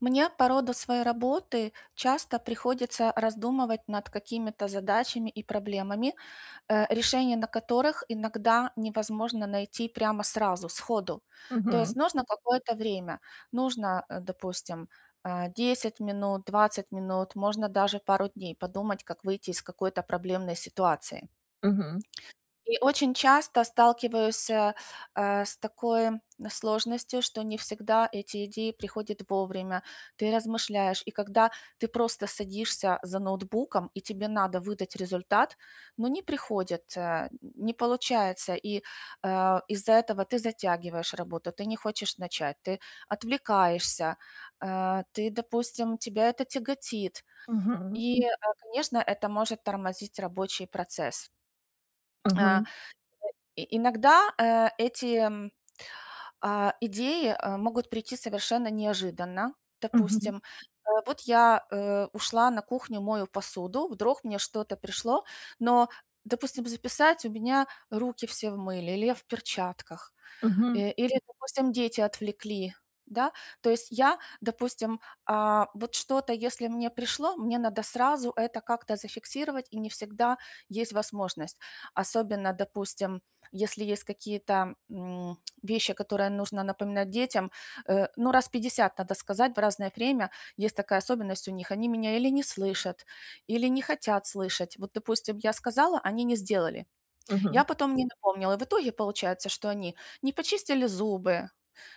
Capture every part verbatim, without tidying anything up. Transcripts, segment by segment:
Мне по роду своей работы часто приходится раздумывать над какими-то задачами и проблемами, э, решение на которых иногда невозможно найти прямо сразу, сходу. То Мгм, есть нужно какое-то время. Нужно, э, допустим, э, десять минут, двадцать минут, можно даже пару дней подумать, как выйти из какой-то проблемной ситуации. мгм, И очень часто сталкиваюсь, э, э, с такой сложностью, что не всегда эти идеи приходят вовремя. Ты размышляешь, и когда ты просто садишься за ноутбуком, и тебе надо выдать результат, но не приходит, э, не получается. И, э, из-за этого ты затягиваешь работу, ты не хочешь начать, ты отвлекаешься, э, ты, допустим, тебя это тяготит. мгм, И, э, конечно, это может тормозить рабочий процесс. Э мгм, и иногда, э, эти, м, а, идеи, э, могут прийти совершенно неожиданно. мгм, Допустим, э, вот я, э, ушла на кухню, мою посуду, вдруг мне что-то пришло, но, допустим, записать у меня руки все в мыле или я в перчатках. мгм, Э, или, допустим, дети отвлекли, да. То есть я, допустим, а, вот что-то, если мне пришло, мне надо сразу это как-то зафиксировать, и не всегда есть возможность. Особенно, допустим, если есть какие-то м, вещи, которые нужно напоминать детям, э, ну, раз пятьдесят надо сказать в разное время. Есть такая особенность у них. Они меня или не слышат, или не хотят слышать. Вот, допустим, я сказала, они не сделали. мгм. Я потом не напомнила. И в итоге получается, что они не почистили зубы,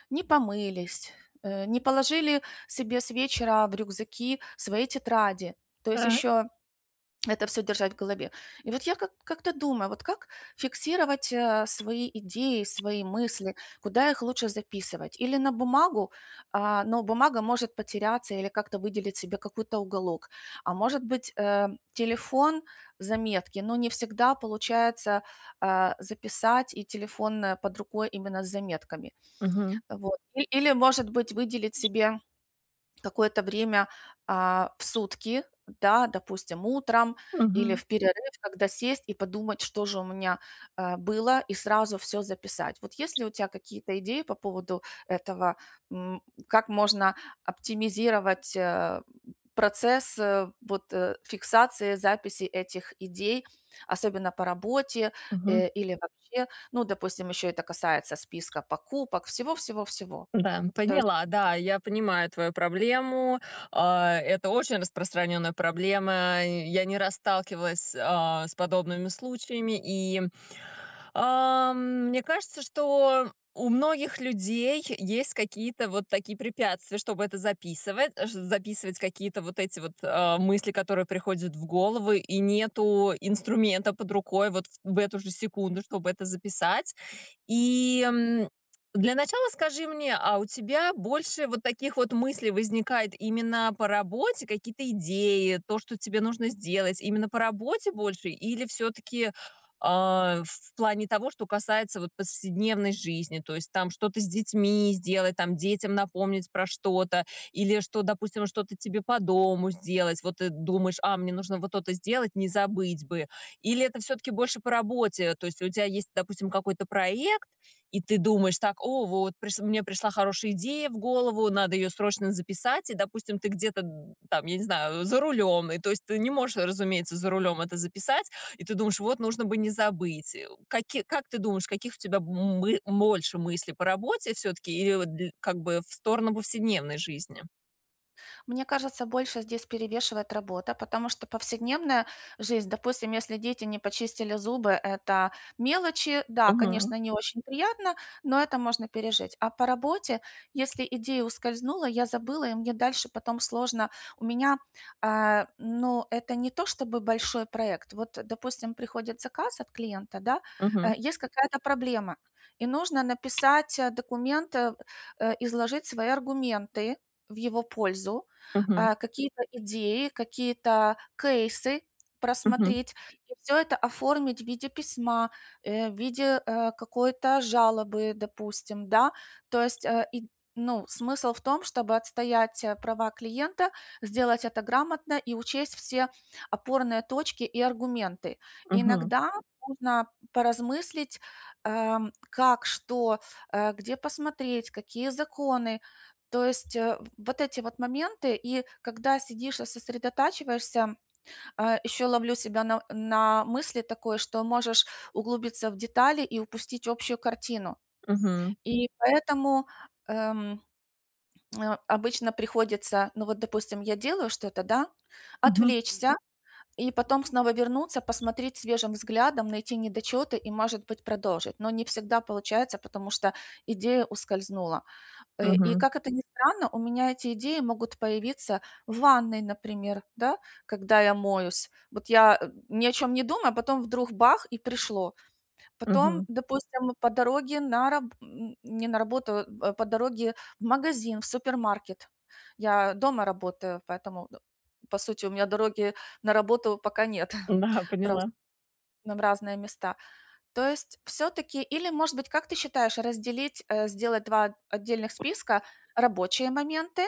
не помылись, э, не положили себе с вечера в рюкзаки свои тетради. То есть Так. еще это все держать в голове. И вот я как как-то думаю, вот как фиксировать, э, свои идеи, свои мысли, куда их лучше записывать? Или на бумагу, а, но бумага может потеряться или как-то выделить себе какой-то уголок. А может быть, э, телефон, заметки, но не всегда получается, а, записать, и телефон, э, под рукой именно с заметками. Мгм, Вот. И или, может быть, выделить себе какое-то время, а, в сутки, да, допустим, утром или мгм, в перерыв, когда сесть и подумать, что же у меня, а, было, и сразу все записать. Вот если у тебя какие-то идеи по поводу этого? М, как можно оптимизировать, э, процесс, э, вот, э, фиксации, записи этих идей, особенно по работе, мгм. э, или вообще? Ну, допустим, еще это касается списка покупок, всего всего всего. Да, поняла, да, я понимаю твою проблему. А, это очень распространенная проблема. Я не раз сталкивалась, а, с подобными случаями, и Ам, мне кажется, что у многих людей есть какие-то вот такие препятствия, чтобы это записывать, э, ш- записывать какие-то вот эти вот а, мысли, которые приходят в голову, и нету инструмента под рукой вот в в эту же секунду, чтобы это записать. И м, для начала скажи мне, а у тебя больше вот таких вот мыслей возникает именно по работе, какие-то идеи, то, что тебе нужно сделать, именно по работе больше, или все-таки а, в плане того, что касается вот повседневной жизни, то есть там что-то с детьми сделать, там детям напомнить про что-то, или что, допустим, что-то тебе по дому сделать, вот ты думаешь, а, мне нужно вот то-то сделать, не забыть бы. Или это все-таки больше по работе, то есть у тебя есть, допустим, какой-то проект, и ты думаешь так, о, вот прис- мне пришла хорошая идея в голову, надо ее срочно записать, и, допустим, ты где-то м, там, я не знаю, за рулем, и то есть ты не можешь, разумеется, за рулем это записать, и ты думаешь, вот нужно бы не забыть. Э, Каки, как ты думаешь, каких у тебя мы, больше мыслей по работе все-таки или вот для- как бы в сторону повседневной жизни? Мне кажется, больше здесь перевешивает работа, потому что повседневная жизнь, допустим, если дети не почистили зубы, это мелочи, да, Мгм. конечно, не очень приятно, но это можно пережить. А по работе, если идея ускользнула, я забыла, и мне дальше потом сложно. У меня, а, ну, это не то чтобы большой проект. Вот, допустим, приходит заказ от клиента, да, э, Мгм. есть какая-то проблема, и нужно написать э, документ, э, э, изложить свои аргументы в его пользу, Мгм. а, какие-то идеи, какие-то кейсы Мгм. просмотреть, и всё это оформить в виде письма, э, в виде, э, какой-то жалобы, допустим, да. То есть, э, и ну, смысл в том, чтобы отстоять, э, права клиента, сделать это грамотно и учесть все опорные точки и аргументы. Мгм. Иногда нужно поразмыслить, эм, как, что, э, где посмотреть, какие законы, то есть, э, вот эти вот моменты, и когда сидишь и сосредотачиваешься, а, еще ловлю себя на на мысли такой, что можешь углубиться в детали и упустить общую картину. Мгм. И поэтому, эм, э, обычно приходится, ну вот, допустим, я делаю что-то, да, Мгм. отвлечься и потом снова вернуться, посмотреть свежим взглядом, найти недочеты и, может быть, продолжить. Но не всегда получается, потому что идея ускользнула. Э, и Мгм. как это ни странно, у меня эти идеи могут появиться в ванной, например, да, когда я моюсь. Вот я, э, ни о чем не думаю, а потом вдруг бах- и пришло. Потом, Мгм. допустим, по дороге на раб м, не на работу, э, по дороге в магазин, в супермаркет. Я дома работаю, поэтому, э, по сути, у меня дороги на работу пока нет, Да, поняла. просто там разные места. То есть все таки или, может быть, как ты считаешь, разделить, э, сделать два отдельных списка: рабочие моменты,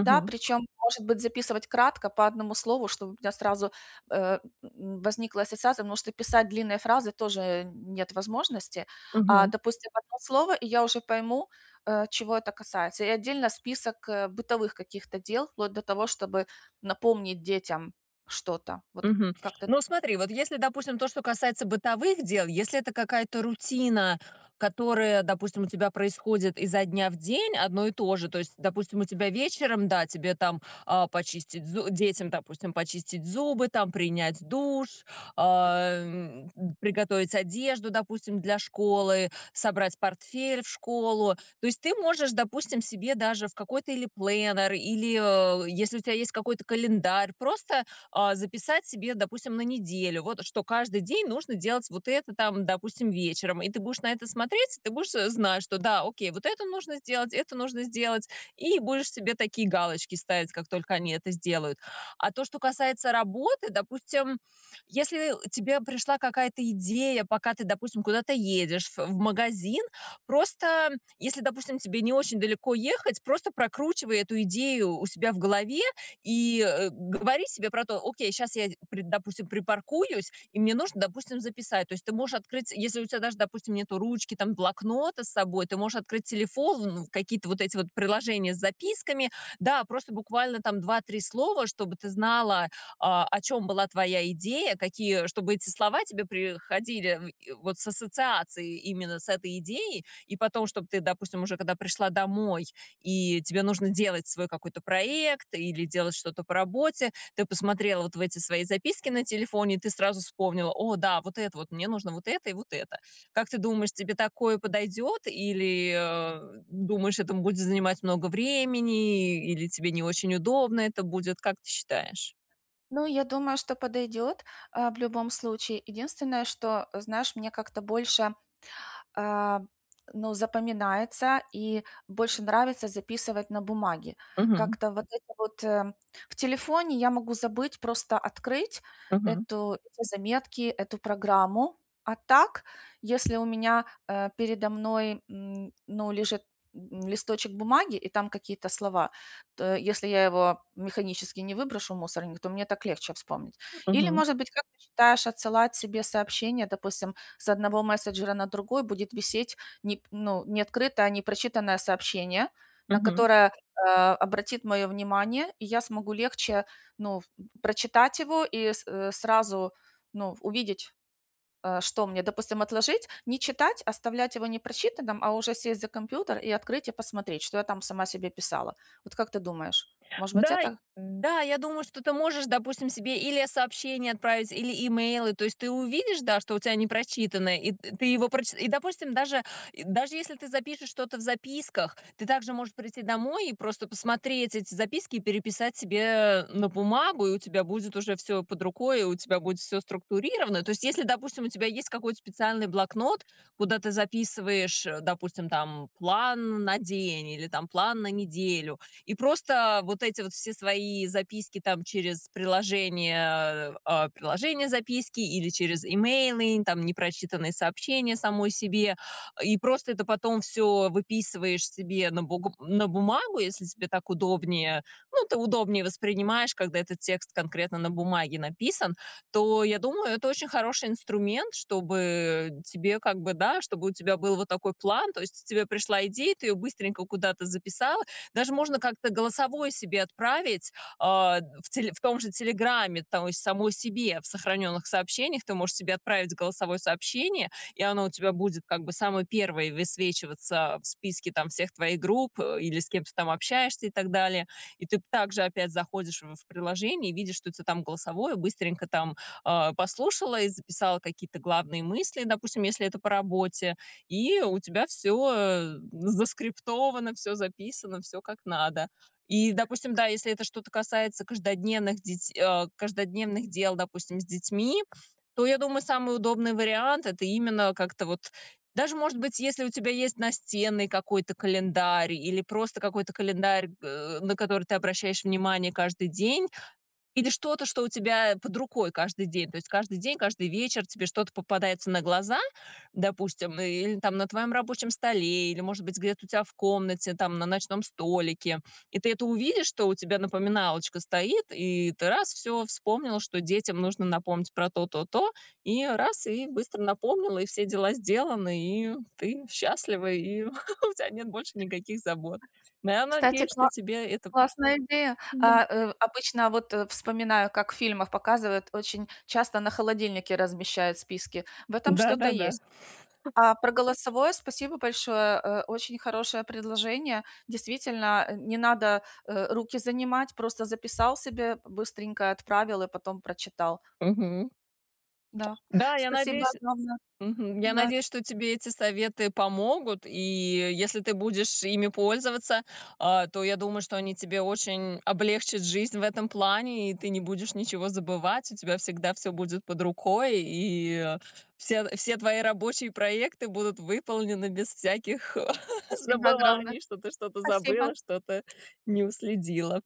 да, причем может быть, записывать кратко по одному слову, чтобы у меня сразу, э, м, возникла ассоциация, потому что писать длинные фразы тоже нет возможности. А, Мгм. допустим, одно слово, и я уже пойму, э, чего это касается. И отдельно список, э, бытовых каких-то дел, вплоть до того, чтобы напомнить детям что-то. Вот Мгм. как ты. Ну, смотри, вот если, допустим, то, что касается бытовых дел, если это какая-то рутина, которая, допустим, у тебя происходит изо дня в день одно и то же, то есть, допустим, у тебя вечером, да, тебе там а, почистить, зу- детям, допустим, почистить зубы, там принять душ, а, м, приготовить одежду, допустим, для школы, собрать портфель в школу, то есть ты можешь, допустим, себе даже в какой-то или пленер, или э, если у тебя есть какой-то календарь, просто а, записать себе, допустим, на неделю, вот что каждый день нужно делать вот это там, допустим, вечером, и ты будешь на это смотреть, ты будешь э, знать, что да, окей, вот это нужно сделать, это нужно сделать, и будешь себе такие галочки ставить, как только они это сделают. А то, что касается работы, допустим, если тебе пришла какая-то идея, пока ты, допустим, куда-то едешь в в магазин, просто, если, допустим, тебе не очень далеко ехать, просто прокручивай эту идею у себя в голове и, э, говори себе про то: "Окей, сейчас я, при допустим, припаркуюсь, и мне нужно, допустим, записать". То есть ты можешь открыть, если у тебя даже, допустим, нету ручки, там, блокнота с собой, ты можешь открыть телефон, в какие-то вот эти вот приложения с записками. Да, просто буквально там два-три слова, чтобы ты знала, а, о чем была твоя идея, какие чтобы эти слова тебе приходили, в и вот с ассоциацией именно с этой идеей, и потом, чтобы ты, допустим, уже когда пришла домой, и тебе нужно делать свой какой-то проект или делать что-то по работе. Ты посмотрела вот в эти свои записки на телефоне, и ты сразу вспомнила, о, да, вот это вот, мне нужно вот это и вот это. Как ты думаешь, тебе такое подойдет или э, думаешь, это будет занимать много времени или тебе не очень удобно это будет? Как ты считаешь? Ну, я думаю, что подойдет, а, в любом случае. Единственное, что, э, знаешь, мне как-то больше а, ну, запоминается и больше нравится записывать на бумаге. Мгм. Как-то вот это вот э, в телефоне я могу забыть просто открыть Мгм. эту, эти заметки, эту программу. А так, если у меня э, передо мной м, ну, лежит м, листочек бумаги и там какие-то слова, то если я его механически не выброшу в мусорник, то мне так легче вспомнить. Или, Мгм. может быть, как ты считаешь, отсылать себе сообщение, допустим, с одного мессенджера на другой будет висеть не, ну, не открытое, а непрочитанное сообщение, на Мгм. которое э, обратит мое внимание, и я смогу легче ну, прочитать его и с- э, сразу ну, увидеть, э, что мне, допустим, отложить, не читать, оставлять его непрочитанным, а уже сесть за компьютер и открыть и посмотреть, что я там сама себе писала. Вот как ты думаешь, может быть, Да, это? да, я думаю, что ты можешь, допустим, себе или сообщение отправить, или имейлы. То есть ты увидишь, да, что у тебя не прочитано, и т- ты его проч... И, допустим, даже, и даже если ты запишешь что-то в записках, ты также можешь прийти домой и просто посмотреть эти записки и переписать себе на бумагу, и у тебя будет уже все под рукой, и у тебя будет все структурировано. То есть если, допустим, у тебя есть какой-то специальный блокнот, куда ты записываешь, э, допустим, там план на день или там план на неделю, и просто вот эти вот все свои записки там через приложение, а, приложение записки или через имейлы, там непрочитанные сообщения самой себе, и просто это потом все выписываешь себе на, буг- на бумагу, если тебе так удобнее, ну, ты удобнее воспринимаешь, когда этот текст конкретно на бумаге написан, то я думаю, это очень хороший инструмент, чтобы тебе как бы, да, чтобы у тебя был вот такой план, то есть тебе пришла идея, ты ее быстренько куда-то записал, даже можно как-то голосовое себе отправить, а, в теле в том же "Телеграме", то есть самой себе в сохраненных сообщениях ты можешь себе отправить голосовое сообщение, и оно у тебя будет как бы самое первое высвечиваться в списке там всех твоих групп, э, или с кем ты там общаешься и так далее. И ты также опять заходишь в приложение и видишь, что у тя там голосовое, быстренько там, а, послушала и записала какие-то главные мысли, допустим, если это по работе, и у тебя все заскриптовано, все записано, все как надо. И, допустим, да, если это что-то касается каждодневных деть э, каждодневных дел, допустим, с детьми, то, я думаю, самый удобный вариант- это именно как-то вот даже, может быть, если у тебя есть настенный какой-то календарь или просто какой-то календарь, э, на который ты обращаешь внимание каждый день, или что-то, что у тебя под рукой каждый день. То есть каждый день, каждый вечер тебе что-то попадается на глаза, допустим, или там на твоем рабочем столе, или, может быть, где-то у тебя в комнате, там на ночном столике. И ты это увидишь, что у тебя напоминалочка стоит, и ты раз все вспомнил, что детям нужно напомнить про то, то, то, и раз, и быстро напомнила, и все дела сделаны, и ты счастлива, и у тебя нет больше никаких забот. Но я Кстати, надеюсь, что кла- тебе это... классная идея. А, э, обычно вот, э, вспоминаю, как в фильмах показывают, очень часто на холодильнике размещают списки. В этом Да, да, что-то да. да. есть. А про голосовое спасибо большое. Э, очень хорошее предложение. Действительно, э, не надо, э, руки занимать, просто записал себе, быстренько отправил и потом прочитал. Мгм. Да. Да, я Спасибо надеюсь, огромное. мгм, я Да, надеюсь, что тебе эти советы помогут, и если ты будешь ими пользоваться, а, то я думаю, что они тебе очень облегчат жизнь в этом плане, и ты не будешь ничего забывать, у тебя всегда все будет под рукой, и э, все, все твои рабочие проекты будут выполнены без всяких спасибо огромное. забываний, что ты что-то Спасибо. забыла, что-то не уследила.